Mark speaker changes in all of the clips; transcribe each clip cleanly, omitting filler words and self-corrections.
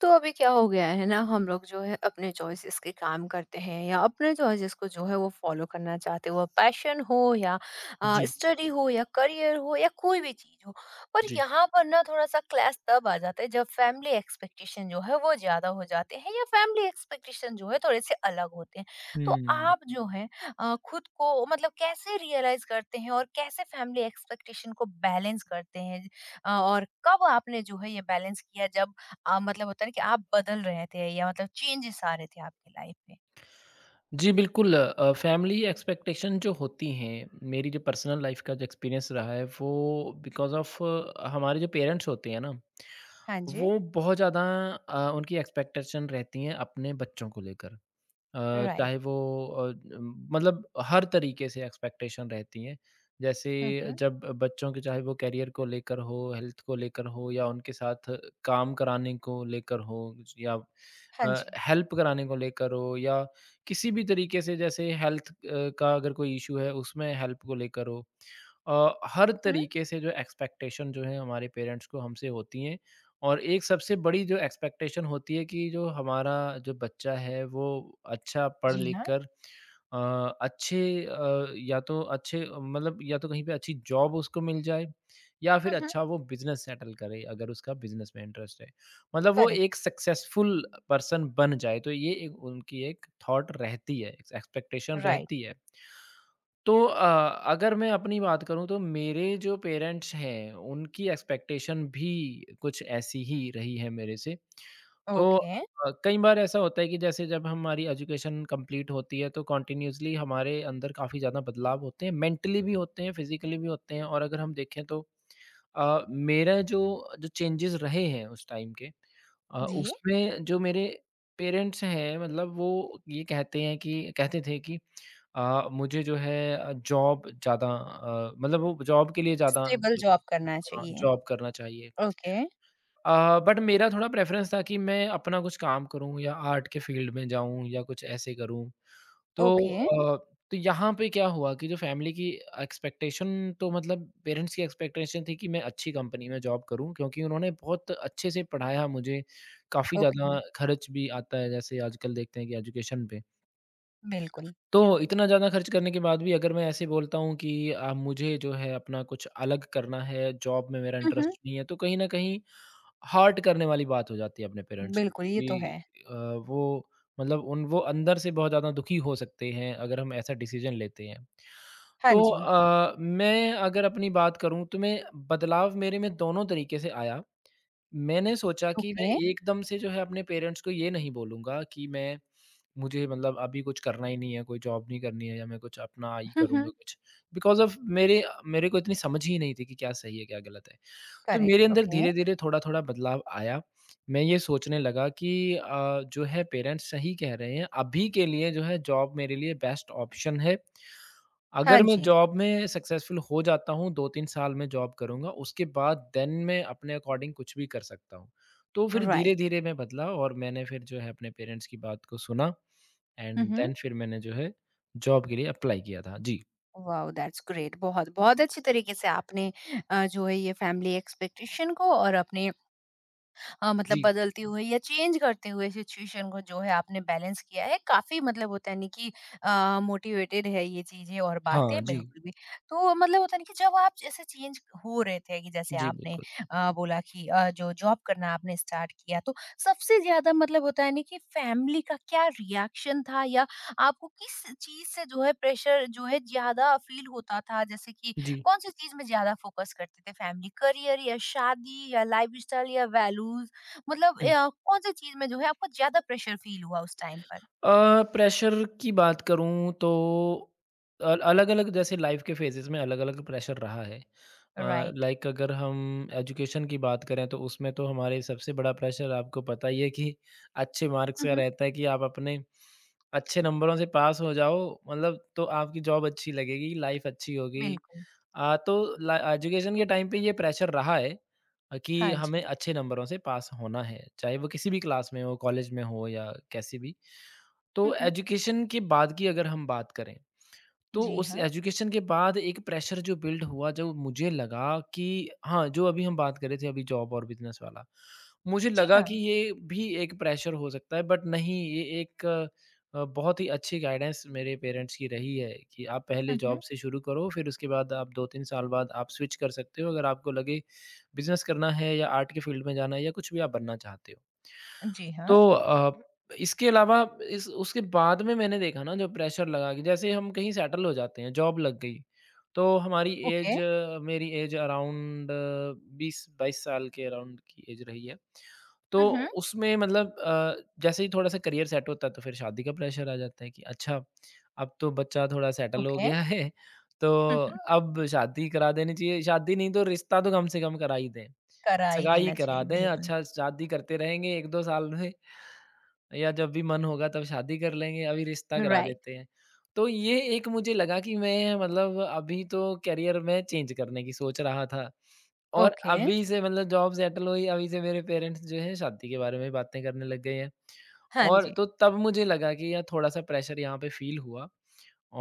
Speaker 1: तो अभी क्या हो गया है ना, हम लोग जो है अपने चॉइसेस के काम करते हैं या अपने चॉइसेस को जो है वो फॉलो करना चाहते हैं। वो पैशन हो या
Speaker 2: जी,
Speaker 1: स्टडी हो या करियर हो या कोई भी चीज हो, पर
Speaker 2: जी।
Speaker 1: यहाँ पर ना थोड़ा सा क्लैश तब आ जाता है जब फैमिली एक्सपेक्टेशन जो है वो ज्यादा हो जाते हैं या फैमिली एक्सपेक्टेशन जो है थोड़े से अलग होते हैं। तो
Speaker 2: हुँ।
Speaker 1: आप जो है खुद को मतलब कैसे रियलाइज करते हैं और कैसे फैमिली एक्सपेक्टेशन को बैलेंस करते हैं? और कब आपने जो है ये बैलेंस किया जब मतलब होता है ना कि आप बदल रहे थे या मतलब चेंजेस आ रहे थे आपकी लाइफ में।
Speaker 2: जी, बिल्कुल फैमिली एक्सपेक्टेशन जो होती हैं, मेरी जो पर्सनल लाइफ़ का जो एक्सपीरियंस रहा है, वो बिकॉज़ ऑफ़ हमारे जो पेरेंट्स होते हैं ना,
Speaker 1: हाँ जी।
Speaker 2: वो बहुत ज़्यादा उनकी एक्सपेक्टेशन रहती हैं अपने बच्चों को लेकर।
Speaker 1: राइट।
Speaker 2: चाहे वो मतलब हर तरीके से एक्सपेक्टेशन रहती हैं। जैसे
Speaker 1: हुँ, हुँ।
Speaker 2: जब बच्चों के चाहे वो करियर को लेकर हो, हेल्थ को लेकर हो या उनके साथ काम कराने को लेकर हो या
Speaker 1: हाँ
Speaker 2: अ,
Speaker 1: जी।
Speaker 2: हेल्प कराने को लेकर हो या किसी भी तरीके से जैसे हेल्थ का अगर कोई इश्यू है उसमें हेल्प को लेकर हो। हर
Speaker 1: हुँ,
Speaker 2: तरीके से जो एक्सपेक्टेशन जो है हमारे पेरेंट्स को हमसे होती हैं और एक सबसे बड़ी जो एक्सपेक्टेशन होती है कि जो हमारा जो बच्चा है वो अच्छा पढ़
Speaker 1: जी
Speaker 2: लिख
Speaker 1: हाँ।
Speaker 2: कर अ, अच्छे या तो अच्छे मतलब या तो कहीं पे अच्छी जॉब उसको मिल जाए या फिर
Speaker 1: हुँ, हुँ।
Speaker 2: अच्छा वो बिजनेस सेटल करे अगर उसका बिजनेस में इंटरेस्ट है। मतलब वो
Speaker 1: करेक्ट,
Speaker 2: एक सक्सेसफुल पर्सन बन जाए, तो ये एक उनकी एक थॉट रहती है, एक्सपेक्टेशन
Speaker 1: राइट।
Speaker 2: रहती है। तो अगर मैं अपनी बात करूँ तो मेरे जो पेरेंट्स हैं, उनकी एक्सपेक्टेशन भी कुछ ऐसी ही रही है मेरे से। तो
Speaker 1: ओके,
Speaker 2: कई बार ऐसा होता है कि जैसे जब हमारी एजुकेशन कंप्लीट होती है तो कंटिन्यूअसली हमारे अंदर काफ़ी ज़्यादा बदलाव होते हैं, मेंटली भी होते हैं, फिज़िकली भी होते हैं और अगर हम देखें तो मेरा जो जो चेंजेस रहे हैं उस टाइम के
Speaker 1: जी।
Speaker 2: उसमें जो मेरे पेरेंट्स हैं मतलब वो ये कहते थे कि मुझे जो है जॉब ज़्यादा मतलब वो जॉब के लिए ज़्यादा
Speaker 1: स्टेबल
Speaker 2: जो
Speaker 1: जॉब करना
Speaker 2: हाँ,
Speaker 1: चाहिए।
Speaker 2: जॉब करना चाहिए।
Speaker 1: ओके,
Speaker 2: बट मेरा थोड़ा प्रेफ़रेंस था कि मैं अपना कुछ काम करूँ या आर्ट के फ़ील्ड में जाऊँ या कुछ ऐसे करूँ। तो
Speaker 1: ओके।
Speaker 2: अ, तो यहाँ पे क्या हुआ कि जो फ़ैमिली की एक्सपेक्टेशन तो मतलब पेरेंट्स की एक्सपेक्टेशन थी कि मैं अच्छी कंपनी में जॉब करूँ क्योंकि उन्होंने बहुत अच्छे से पढ़ाया मुझे, काफ़ी
Speaker 1: ओके।
Speaker 2: ज़्यादा खर्च भी आता है जैसे आजकल देखते हैं कि एजुकेशन पे।
Speaker 1: बिल्कुल।
Speaker 2: तो इतना ज़्यादा खर्च करने के बाद भी अगर मैं ऐसे बोलता हूँ कि मुझे जो है अपना कुछ अलग करना है, जॉब में मेरा
Speaker 1: हुँ, हुँ।
Speaker 2: इंटरेस्ट नहीं है, तो कहीं न कहीं हर्ट करने वाली बात हो जाती है अपने पेरेंट्स को
Speaker 1: बिल्कुल, ये तो है।
Speaker 2: कि वो मतलब उन वो अंदर से बहुत ज़्यादा दुखी हो सकते हैं अगर हम ऐसा डिसीज़न लेते हैं।
Speaker 1: हाँ
Speaker 2: तो
Speaker 1: जी।
Speaker 2: मैं अगर अपनी बात करूँ तो मैं बदलाव मेरे में दोनों तरीके से आया। मैंने सोचा कि मैं
Speaker 1: ओके।
Speaker 2: एकदम से जो है अपने पेरेंट्स को ये नहीं बोलूँगा कि मैं मुझे मतलब अभी कुछ करना ही नहीं है, कोई जॉब नहीं करनी है या मैं कुछ अपना ही
Speaker 1: हुँ,
Speaker 2: करूँगा
Speaker 1: हुँ।
Speaker 2: कुछ। बिकॉज़ ऑफ़ मेरे मेरे को इतनी समझ ही नहीं थी कि क्या सही है, क्या गलत है। तो
Speaker 1: करेक्ट,
Speaker 2: मेरे अंदर
Speaker 1: ओके।
Speaker 2: धीरे-धीरे थोड़ा-थोड़ा बदलाव आया। मैं ये सोचने लगा कि अ, जो है पेरेंट्स सही कह रहे हैं, अभी के लिए जो है जॉब मेरे लिए बेस्ट ऑप्शन है।
Speaker 1: हाँ
Speaker 2: अगर मैं
Speaker 1: जी।
Speaker 2: जॉब में सक्सेसफुल हो जाता हूँ, 2-3 साल मैं जॉब करूँगा, उसके बाद देन मैं अपने अकॉर्डिंग कुछ भी कर सकता हूँ। तो फिर
Speaker 1: राइट।
Speaker 2: धीरे-धीरे मैं बदला और मैंने फिर जो है अपने पेरेंट्स की बात को सुना
Speaker 1: हुँ,
Speaker 2: एंड
Speaker 1: हुँ।
Speaker 2: देन फिर मैंने जो है जॉब के लिए अप्लाई किया था। जी,
Speaker 1: वाओ! That's great. बहुत, बहुत अच्छी तरीके से आपने जो है ये फैमिली एक्सपेक्टेशन को और अपने मतलब
Speaker 2: जी।
Speaker 1: बदलते हुए या चेंज करते हुए सिचुएशन को जो है आपने बैलेंस किया है। काफी मतलब होता है नहीं कि मोटिवेटेड है ये चीजें और बातें
Speaker 2: हाँ, जी।
Speaker 1: बिल्कुल भी। तो मतलब होता है नहीं कि जब आप जैसे चेंज हो रहे थे कि जैसे
Speaker 2: जी,
Speaker 1: आपने
Speaker 2: बिल्कुल।
Speaker 1: बोला कि जो जॉब करना आपने स्टार्ट किया, तो सबसे ज्यादा मतलब होता है नहीं कि फैमिली का क्या रिएक्शन था, या आपको किस चीज से जो है प्रेशर जो है ज्यादा फील होता था? जैसे कि
Speaker 2: जी।
Speaker 1: कौन सी चीज में ज्यादा फोकस करते थे फैमिली, करियर या शादी या लाइफ स्टाइल, या वैल्यूज, मतलब
Speaker 2: हुँ।
Speaker 1: कौन-सी चीज़ में जो है आपको ज़्यादा प्रेशर फ़ील हुआ उस टाइम पर?
Speaker 2: प्रेशर की बात करूँ तो अल अलग-अलग जैसे लाइफ़ के फ़ेज़ेज़ में अलग-अलग प्रेशर रहा है।
Speaker 1: राइट।
Speaker 2: लाइक अगर हम एजुकेशन की बात करें तो उसमें तो हमारे सबसे बड़ा प्रेशर आपको पता ही है कि अच्छे मार्क्स
Speaker 1: हुँ,
Speaker 2: का
Speaker 1: हुँ।
Speaker 2: रहता है कि आप अपने अच्छे नंबरों से पास हो जाओ मतलब तो आपकी जॉब अच्छी लगेगी, लाइफ़ अच्छी होगी।
Speaker 1: बिल्कुल।
Speaker 2: अ, तो ला एजुकेशन के टाइम पे ये प्रेशर रहा है कि
Speaker 1: हाँ
Speaker 2: हमें
Speaker 1: जी।
Speaker 2: अच्छे नंबरों से पास होना है, चाहे वो किसी भी क्लास में हो, कॉलेज में हो या कैसी भी। तो
Speaker 1: हुँ, हुँ।
Speaker 2: एजुकेशन के बाद की अगर हम बात करें, तो
Speaker 1: जी
Speaker 2: उस
Speaker 1: हाँ।
Speaker 2: एजुकेशन के बाद एक प्रेशर जो बिल्ड हुआ, जो मुझे लगा कि हाँ, जो अभी हम बात कर रहे थे अभी जॉब और बिज़नेस वाला। मुझे
Speaker 1: जी
Speaker 2: लगा
Speaker 1: हाँ।
Speaker 2: कि ये भी एक प्रेशर हो सकता है बट नहीं, ये एक बहुत ही अच्छी गाइडेंस मेरे पेरेंट्स की रही है कि आप पहले
Speaker 1: हुँ,
Speaker 2: जॉब
Speaker 1: हुँ।
Speaker 2: से शुरू करो, फिर उसके बाद आप 2-3 साल बाद आप स्विच कर सकते हो, अगर आपको लगे बिज़नेस करना है या आर्ट के फील्ड में जाना है या कुछ भी आप बनना चाहते हो।
Speaker 1: जी हाँ।
Speaker 2: तो इसके अलावा इस उसके बाद में मैंने देखा ना जब प्रेशर लगा कि जैसे हम कहीं सेटल हो जाते हैं, जॉब लग गई, तो हमारी
Speaker 1: ओके।
Speaker 2: एज मेरी एज अराउंड 20-22 साल के अराउंड की एज रही है।
Speaker 1: हुँ,
Speaker 2: तो
Speaker 1: हुँ।
Speaker 2: उसमें मतलब जैसे ही थोड़ा-सा करियर सेट होता है तो फिर शादी का प्रेशर आ जाता है कि अच्छा, अब तो बच्चा थोड़ा सेटल हो
Speaker 1: ओके।
Speaker 2: गया है, तो
Speaker 1: हुँ, हुँ।
Speaker 2: अब शादी करा देनी चाहिए। शादी नहीं तो रिश्ता तो कम से कम करा ही दें,
Speaker 1: करा ही
Speaker 2: सगाई
Speaker 1: देना
Speaker 2: करा
Speaker 1: चाहिए,
Speaker 2: दें।
Speaker 1: बिल्कुल।
Speaker 2: अच्छा शादी करते रहेंगे 1-2 साल में या जब भी मन होगा तब शादी कर लेंगे, अभी रिश्ता करा
Speaker 1: राइट।
Speaker 2: देते हैं। तो ये एक मुझे लगा कि मैं मतलब अभी तो करियर में चेंज करने की सोच रहा था और
Speaker 1: ओके।
Speaker 2: अभी से मतलब जॉब सेटल हुई, अभी से मेरे पेरेंट्स जो हैं शादी के बारे में बातें करने लग गए हैं।
Speaker 1: हाँ
Speaker 2: और
Speaker 1: जी।
Speaker 2: तो तब मुझे लगा कि यार थोड़ा-सा प्रेशर यहाँ पे फ़ील हुआ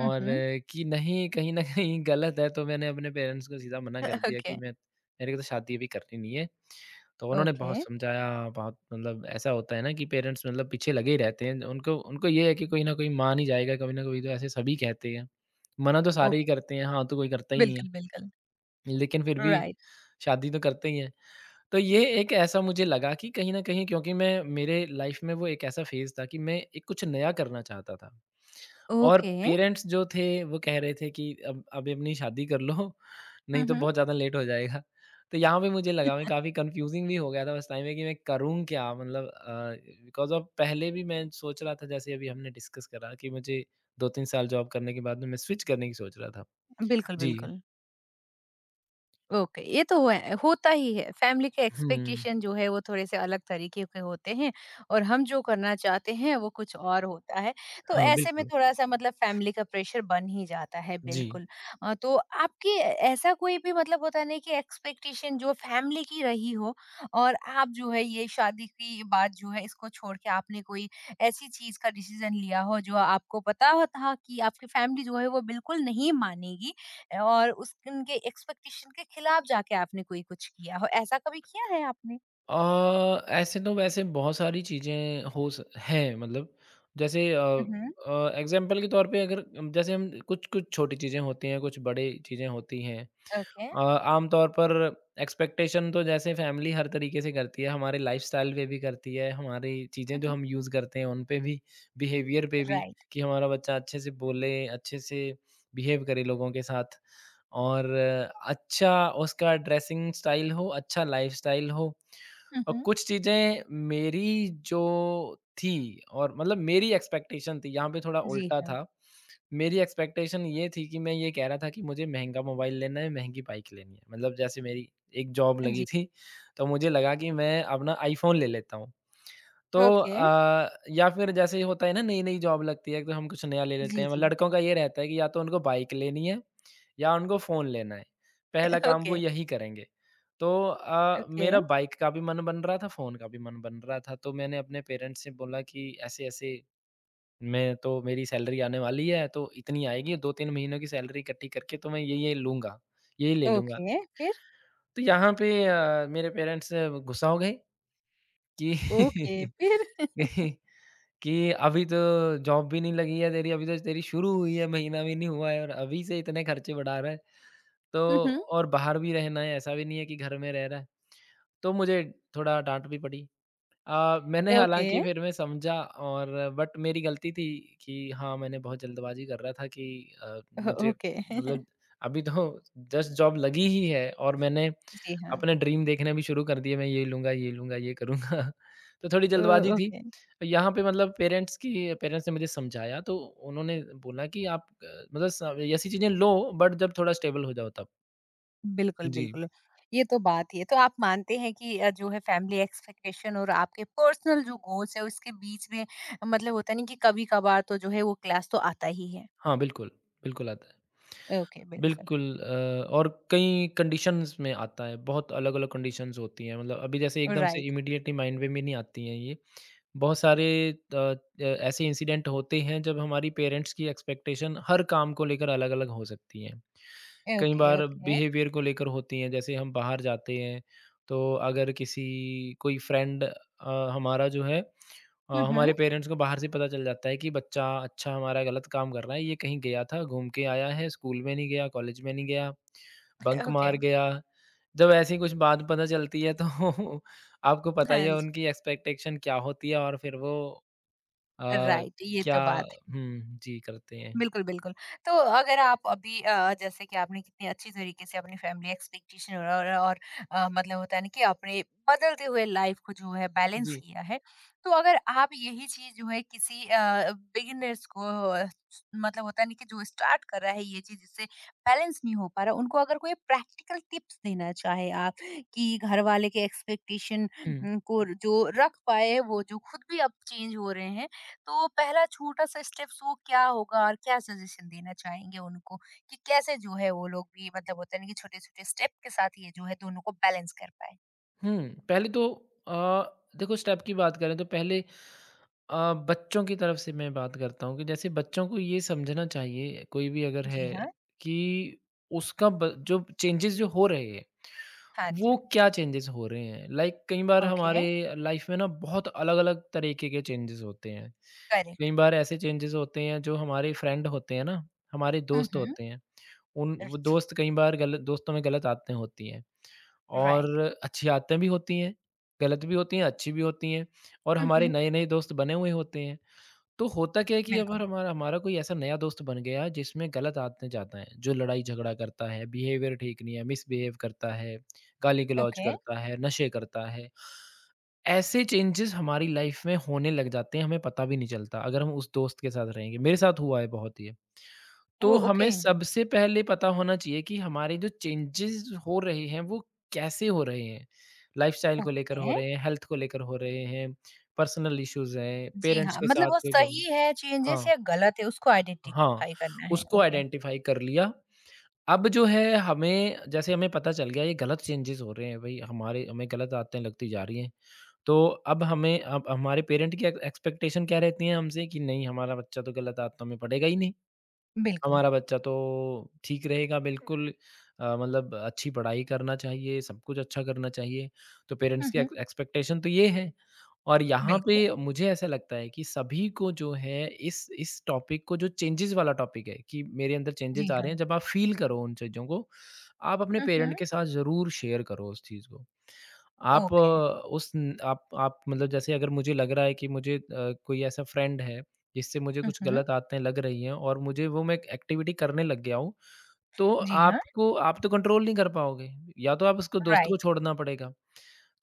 Speaker 1: हुँ,
Speaker 2: और
Speaker 1: हुँ।
Speaker 2: कि नहीं कहीं न कहीं गलत है, तो मैंने अपने पेरेंट्स को सीधा मना कर दिया कि
Speaker 1: ओके।
Speaker 2: मैं मेरे को तो शादी अभी करनी नहीं है। तो उन्होंने
Speaker 1: ओके।
Speaker 2: बहुत समझाया, बहुत मतलब ऐसा होता है ना कि पेरेंट्स मतलब पीछे लगे ही रहते हैं। उनको उनको ये है कि कोई न कोई मान ही जाएगा, कभी न कभी तो ऐसे सभी कहते हैं। मना तो
Speaker 1: ओक
Speaker 2: सारे ही करते हैं, हाँ, तो कोई करता ही नहीं है।
Speaker 1: बिल्कुल, बिल्कुल।
Speaker 2: लेकिन फिर भी
Speaker 1: राइट।
Speaker 2: शादी तो करते ही हैं। तो ये एक ऐसा मुझे लगा कि कहीं न कहीं क्योंकि मैं मेरे लाइफ़ में वो एक ऐसा फेज़ था कि मैं एक कुछ नया करना चाहता था। और
Speaker 1: ओके।
Speaker 2: पेरेंट्स जो थे वो कह रहे थे कि अब अभी अपनी शादी कर लो,
Speaker 1: हुँ,
Speaker 2: नहीं तो
Speaker 1: हुँ।
Speaker 2: बहुत ज़्यादा लेट हो जाएगा। तो यहाँ पे मुझे लगा मैं काफ़ी कन्फ्यूज़िंग भी हो गया था उस टाइम में कि मैं करूँ क्या? मतलब बिकॉज़ ऑफ पहले भी मैं सोच रहा था जैसे अभी हमने डिस्कस करा कि मुझे 2-3 साल जॉब करने के बाद में मैं स्विच करने की सोच रहा था।
Speaker 1: बिल्कुल,
Speaker 2: जी।
Speaker 1: बिल्कुल। ओके, ये तो होता ही है। फैमिली के
Speaker 2: हुँ।
Speaker 1: एक्सपेक्टेशन जो है वो थोड़े से अलग तरीके के होते हैं, और हम जो करना चाहते हैं वो कुछ और होता है। तो
Speaker 2: हाँ,
Speaker 1: ऐसे में
Speaker 2: बिल्कुल।
Speaker 1: थोड़ा सा मतलब फैमिली का प्रेशर बन ही जाता है,
Speaker 2: जी।
Speaker 1: बिल्कुल। तो आपकी ऐसा कोई भी मतलब होता नहीं कि एक्सपेक्टेशन जो फैमिली की रही हो, और आप जो है ये शादी की बात जो है इसको छोड़ के आपने कोई ऐसी चीज का डिसीजन लिया हो जो आपको पता हो था कि आपकी फैमिली जो है वो बिल्कुल नहीं मानेगी, और उस उनके एक्सपेक्टेशन के खिलाफ जाके आपने कोई कुछ किया हो, ऐसा कभी किया है आपने?
Speaker 2: ऐसे तो वैसे बहुत सारी चीज़ें हो स हैं मतलब जैसे
Speaker 1: उहुँ।
Speaker 2: एग्ज़ाम्पल के तौर पे अगर जैसे हम कुछ-कुछ छोटी चीज़ें होती हैं, कुछ बड़ी चीज़ें होती हैं।
Speaker 1: ओके।
Speaker 2: आमतौर पर एक्सपेक्टेशन तो जैसे फैमिली हर तरीके से करती है, हमारे लाइफ़स्टाइल पे भी करती है, हमारी चीज़ें जो
Speaker 1: उहुँ।
Speaker 2: हम यूज़ करते हैं उन पे भी, बिहेवियर पे भी
Speaker 1: राइट।
Speaker 2: कि हमारा बच्चा अच्छे से बोले, अच्छे से बिहेव करे लोगों के साथ और अच्छा उसका ड्रेसिंग स्टाइल हो, अच्छा लाइफ़स्टाइल हो। और
Speaker 1: उहुँ।
Speaker 2: कुछ चीज़ें मेरी जो थी और मतलब मेरी एक्सपेक्टेशन थी, यहाँ पे थोड़ा
Speaker 1: जी
Speaker 2: उल्टा
Speaker 1: हाँ।
Speaker 2: था। मेरी एक्सपेक्टेशन ये थी कि मैं ये कह रहा था कि मुझे महँगा मोबाइल लेना है, महँगी बाइक लेनी है। मतलब जैसे मेरी एक जॉब लगी
Speaker 1: जी।
Speaker 2: थी, तो मुझे लगा कि मैं अपना आईफ़ोन ले लेता हूँ। तो
Speaker 1: ओके।
Speaker 2: या फिर जैसे ही होता है ना नई-नई जॉब लगती है तो हम कुछ नया ले लेते
Speaker 1: जी,
Speaker 2: हैं। मतलब
Speaker 1: जी।
Speaker 2: लड़कों का ये रहता है कि या तो उनको बाइक लेनी है या उनको फ़ोन लेना है। पहला काम वो
Speaker 1: ओके।
Speaker 2: यही करेंगे। तो
Speaker 1: ओके,
Speaker 2: मेरा बाइक का भी मन बन रहा था, फ़ोन का भी मन बन रहा था। तो मैंने अपने पेरेंट्स से बोला कि ऐसे-ऐसे मैं तो मेरी सैलरी आने वाली है, तो इतनी आएगी 2-3 महीनों की सैलरी इकट्ठी करके तो मैं ये-ये लूँगा, यही ले लूँगा।
Speaker 1: ओके, फिर?
Speaker 2: तो यहाँ पे मेरे पेरेंट्स गुस्सा हो गए कि
Speaker 1: ओके, फिर?
Speaker 2: कि कि अभी तो जॉब भी नहीं लगी है तेरी, अभी तो तेरी शुरू हुई है, महीना भी नहीं हुआ है और अभी से इतने खर्चे बढ़ा रहा है। तो
Speaker 1: उहुँ।
Speaker 2: और बाहर भी रहना है, ऐसा भी नहीं है कि घर में रह रहा है। तो मुझे थोड़ा डाँट भी पड़ी। मैंने
Speaker 1: ओके,
Speaker 2: हालाँकि फिर मैं समझा और बट मेरी गलती थी कि हाँ, मैंने बहुत जल्दबाज़ी कर रहा था कि
Speaker 1: ओ
Speaker 2: मुझे
Speaker 1: ओके।
Speaker 2: मतलब अभी तो जस्ट जॉब लगी ही है और मैंने
Speaker 1: जी हाँ।
Speaker 2: अपने ड्रीम देखने भी शुरू कर दिए, मैं ये लूँगा, ये लूँगा, ये करूँगा। तो थोड़ी
Speaker 1: ओ
Speaker 2: जल्दबाज़ी थी।
Speaker 1: ओके।
Speaker 2: यहाँ पे मतलब पेरेंट्स ने मुझे समझाया तो उन्होंने बोला कि आप मतलब स ऐसी चीज़ें लो बट जब थोड़ा स्टेबल हो जाओ तब।
Speaker 1: बिल्कुल,
Speaker 2: जी।
Speaker 1: बिल्कुल। ये तो बात ही है। तो आप मानते हैं कि जो है फैमिली एक्सपेक्टेशन और आपके पर्सनल जो गोल्स है उसके बीच में मतलब होता नहीं कि कभी-कभार तो जो है वो क्लैश तो आता ही है।
Speaker 2: हाँ, बिल्कुल। बिल्कुल आता है।
Speaker 1: ओके, बिल्कुल।
Speaker 2: बिल्कुल और कई कंडीशंस में आता है, बहुत अलग-अलग कंडीशंस होती हैं, मतलब अभी जैसे एकदम से
Speaker 1: राइट,
Speaker 2: इमीडिएटली माइंड में भी नहीं आती हैं ये। बहुत सारे अ अ, ऐसे इंसिडेंट होते हैं जब हमारी पेरेंट्स की एक्सपेक्टेशन हर काम को लेकर अलग-अलग हो सकती हैं। कई
Speaker 1: ओके,
Speaker 2: बार
Speaker 1: ओके।
Speaker 2: बिहेवियर को लेकर होती हैं, जैसे हम बाहर जाते हैं, तो अगर किसी कोई फ्रेंड हमारा जो है
Speaker 1: हुँ, हुँ,
Speaker 2: हमारे पेरेंट्स को बाहर से पता चल जाता है कि बच्चा अच्छा हमारा गलत काम कर रहा है, ये कहीं गया था, घूम के आया है, स्कूल में नहीं गया, कॉलेज में नहीं गया, बंक
Speaker 1: ओके,
Speaker 2: मार गया। जब ऐसी कुछ बात पता चलती है तो आपको पता ही
Speaker 1: हाँ
Speaker 2: है
Speaker 1: जी,
Speaker 2: उनकी एक्सपेक्टेशन क्या होती है और फिर वो अ,
Speaker 1: राइट, ये
Speaker 2: क्या
Speaker 1: तो बात
Speaker 2: हुँ, जी, करते हैं।
Speaker 1: बिल्कुल, बिल्कुल। तो अगर आप अभी जैसे कि आपने कितनी अच्छी तरीके से अपनी फैमिली एक्सपेक्टेशन और मतलब होता है ना कि आपने बदलते हुए लाइफ़ को जो है बैलेंस
Speaker 2: जी।
Speaker 1: किया है। तो अगर आप यही चीज़ जो है किसी बिगिनर्स को, अ, मतलब होता है ना कि जो स्टार्ट कर रहा है ये चीज़ जिससे बैलेंस नहीं हो पा रहा, उनको अगर कोई प्रैक्टिकल टिप्स देना चाहे आप कि घर वाले के एक्सपेक्टेशन
Speaker 2: हुँ,
Speaker 1: को जो रख पाए, वो जो खुद भी अब चेंज हो रहे हैं। तो पहला छोटा-सा स्टेप्स वो क्या होगा और क्या सजेशन देना चाहेंगे उनको, कि कैसे जो है वो लोग भी मतलब होता है ना कि छोटे-छोटे स्टेप के साथ ये जो है दोनों को बैलेंस कर पाएँ?
Speaker 2: हुँ, पहले तो अ, देखो स्टेप की बात करें तो पहले बच्चों की तरफ से मैं बात करता हूँ कि जैसे बच्चों को ये समझना चाहिए कोई भी अगर
Speaker 1: जी
Speaker 2: है
Speaker 1: हाँ।
Speaker 2: कि उसका ब जो चेंजेस जो हो रहे हैं,
Speaker 1: हाँ
Speaker 2: वो
Speaker 1: जी।
Speaker 2: क्या चेंजेस हो रहे हैं। लाइक कई बार
Speaker 1: ओके,
Speaker 2: हमारे लाइफ में ना बहुत अलग-अलग तरीके के चेंजेस होते हैं।
Speaker 1: करेक्ट।
Speaker 2: कई बार ऐसे चेंजेस होते हैं जो हमारे फ्रेंड होते हैं ना, हमारे
Speaker 1: हुँ,
Speaker 2: दोस्त
Speaker 1: हुँ।
Speaker 2: होते हैं, उन
Speaker 1: र
Speaker 2: वो
Speaker 1: जी,
Speaker 2: दोस्त कई बार गलत दोस्तों में गलत आदतें होती हैं और
Speaker 1: राइट।
Speaker 2: अच्छी आदतें भी होती हैं, गलत भी होती हैं, अच्छी भी होती हैं और
Speaker 1: हुँ,
Speaker 2: हमारे
Speaker 1: हुँ,
Speaker 2: नए-नए दोस्त बने हुए होते हैं। तो होता क्या है कि अगर
Speaker 1: बिल्कुल।
Speaker 2: हमारा हमारा कोई ऐसा नया दोस्त बन गया है जिसमें गलत आदतें जाता है, जो लड़ाई झगड़ा करता है, बिहेवियर ठीक नहीं है, मिसबिहेव करता है, गाली-गलौज
Speaker 1: ओके।
Speaker 2: करता है, नशे करता है। ऐसे चेंजेस हमारी लाइफ में होने लग जाते हैं, हमें पता भी नहीं चलता अगर हम उस दोस्त के साथ रहेंगे। मेरे साथ हुआ है बहुत ये।
Speaker 1: ओह!
Speaker 2: तो हमें
Speaker 1: ओके,
Speaker 2: सबसे पहले पता होना चाहिए कि हमारे जो चेंजेस हो रहे हैं वो कैसे हो रहे हैं? लाइफ़स्टाइल को लेकर हो
Speaker 1: ओके।
Speaker 2: रहे हैं, हेल्थ को लेकर हो रहे हैं, पर्सनल इश्यूज़ हैं,
Speaker 1: जी
Speaker 2: पेरेंट्स
Speaker 1: हाँ,
Speaker 2: के
Speaker 1: मतलब
Speaker 2: साथ
Speaker 1: वो
Speaker 2: कोई प्रॉब्लम।
Speaker 1: सही है चेंजेस
Speaker 2: हाँ,
Speaker 1: या गलत है उसको
Speaker 2: हाँ,
Speaker 1: आइडेंटिफाई करना है।
Speaker 2: उसको
Speaker 1: ओके,
Speaker 2: आइडेंटिफ़ाई कर लिया। अब जो है हमें जैसे हमें पता चल गया ये गलत चेंजेज़ हो रहे हैं भई हमारे हमें गलत आदतें लगती जा रही हैं। तो अब हमारे पेरेंट की एक्सपेक्टेशन क्या रहती है हमसे कि नहीं हमारा बच्चा तो गलत आदतों में पड़ेगा ही नहीं।
Speaker 1: बिल्कुल।
Speaker 2: हमारा बच्चा तो ठीक रहेगा बिल्कुल। मतलब अच्छी पढ़ाई करना चाहिए, सब कुछ अच्छा करना चाहिए, तो पेरेंट्स
Speaker 1: हुँ,
Speaker 2: की
Speaker 1: हुँ,
Speaker 2: एक्सपेक्टेशन तो ये है। और यहाँ पे
Speaker 1: बिल्कुल।
Speaker 2: मुझे ऐसा लगता है कि सभी को जो है इस टॉपिक को जो चेंजेज़ वाला टॉपिक है कि मेरे अंदर
Speaker 1: जी
Speaker 2: चेंजेज़ आ रहे
Speaker 1: हाँ।
Speaker 2: हैं, जब आप फ़ील करो उन चीज़ों को, आप अपने
Speaker 1: हुँ,
Speaker 2: पेरेंट
Speaker 1: हुँ,
Speaker 2: के साथ ज़रूर शेयर करो उस चीज़ को। आप
Speaker 1: ओके।
Speaker 2: उस न आप आप मतलब जैसे अगर मुझे लग रहा है कि मुझे कोई ऐसा फ्रेंड है, जिससे मुझे
Speaker 1: हुँ,
Speaker 2: कुछ
Speaker 1: हुँ,
Speaker 2: गलत आदतें लग रही हैं और मुझे वो मैं एक एक्टिविटी करने लग गया हूँ, तो
Speaker 1: जी हाँ,
Speaker 2: आपको आप तो कंट्रोल नहीं कर पाओगे, या तो आप उसको दोस्त को
Speaker 1: राइट।
Speaker 2: छोड़ना पड़ेगा।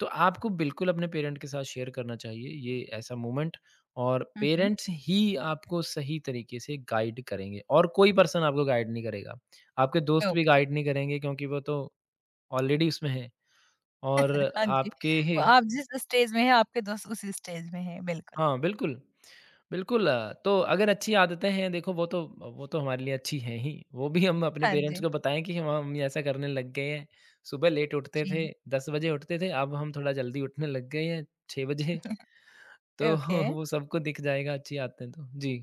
Speaker 2: तो आपको बिल्कुल अपने पेरेंट के साथ शेयर करना चाहिए ये ऐसा मोमेंट और
Speaker 1: हुँ, हुँ,
Speaker 2: पेरेंट्स ही आपको सही तरीके से गाइड करेंगे और कोई पर्सन आपको गाइड नहीं करेगा। आपके दोस्त भी
Speaker 1: ओके।
Speaker 2: गाइड नहीं करेंगे क्योंकि वो तो ऑलरेडी उसमें हैं और
Speaker 1: हाँ जी,
Speaker 2: आपके
Speaker 1: वो
Speaker 2: ही।
Speaker 1: आप जिस स्टेज में हैं, आपके दोस्त उसी स्टेज में हैं, बिल्कुल।
Speaker 2: हाँ, बिल्कुल। बिल्कुल। तो अगर अच्छी आदतें हैं देखो वो तो हमारे लिए अच्छी हैं ही। वो भी हम अपने
Speaker 1: हाँ
Speaker 2: पेरेंट्स
Speaker 1: जी,
Speaker 2: को बताएँ कि हम ऐसा करने लग गए हैं। सुबह लेट उठते थे,
Speaker 1: जी,
Speaker 2: 10 बजे उठते थे, अब हम थोड़ा जल्दी उठने लग गए हैं 6 बजे। तो
Speaker 1: ओके।
Speaker 2: वो सबको दिख जाएगा अच्छी आदतें तो। जी।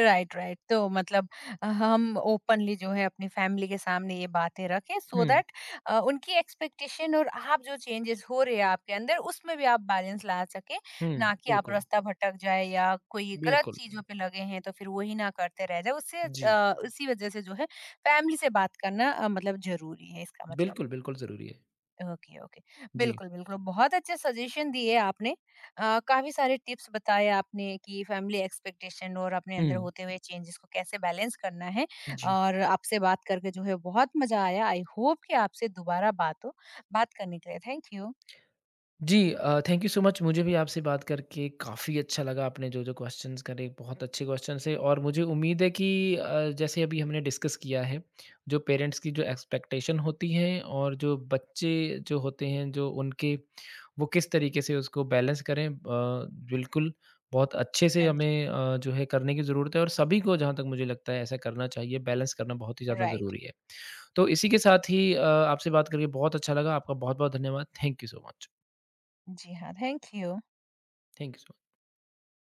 Speaker 1: Right, right. तो मतलब हम ओपनली जो है अपनी फैमिली के सामने ये बातें रखें, सो
Speaker 2: हुँ,
Speaker 1: दैट उनकी एक्सपेक्टेशन और आप जो चेंजेज़ हो रहे हैं आपके अंदर, उसमें भी आप बैलेंस ला सकें,
Speaker 2: हुँ,
Speaker 1: ना कि आप
Speaker 2: बिल्कुल,
Speaker 1: रास्ता भटक जाएँ या कोई गलत
Speaker 2: बिल्कुल,
Speaker 1: चीज़ों
Speaker 2: बिल्कुल।
Speaker 1: पे लगे हैं, तो फिर वही ना करते रह जाएँ। उससे
Speaker 2: जी,
Speaker 1: उसी वजह से जो है फैमिली से बात करना मतलब ज़रूरी है, इसका मतलब।
Speaker 2: बिल्कुल, बिल्कुल ज़रूरी है।
Speaker 1: ओके, ओके,
Speaker 2: जी।
Speaker 1: बिल्कुल, बिल्कुल। बहुत अच्छे सजेशन दिए आपने। काफी सारे टिप्स बताए आपने कि फैमिली एक्सपेक्टेशन और अपने अंदर
Speaker 2: हुँ,
Speaker 1: होते हुए चेंजेस को कैसे बैलेंस करना है,
Speaker 2: जी।
Speaker 1: और आपसे बात करके जो है बहुत मजा आया। आई होप कि आपसे दोबारा बात हो। बात करने के लिए थैंक यू।
Speaker 2: जी थैंक यू सो मच मुझे भी आपसे बात करके काफ़ी अच्छा लगा आपने जो जो क्वेश्चंस करे बहुत अच्छे क्वेश्चंस है और मुझे उम्मीद है कि जैसे अभी हमने डिस्कस किया है जो पेरेंट्स की जो एक्सपेक्टेशन होती है और जो बच्चे जो होते हैं जो उनके वो किस तरीके से उसको बैलेंस करें। बिल्कुल बहुत अच्छे से
Speaker 1: हाँ जी।
Speaker 2: हमें जो है करने की ज़रूरत है और सभी को जहाँ तक मुझे लगता है ऐसा करना चाहिए बैलेंस करना बहुत ही ज़्यादा
Speaker 1: राइट।
Speaker 2: ज़रूरी है। तो इसी के साथ ही आपसे बात करके बहुत अच्छा लगा आपका बहुत बहुत धन्यवाद थैंक यू सो मच।
Speaker 1: जी हाँ, thank you.
Speaker 2: Thank you so much.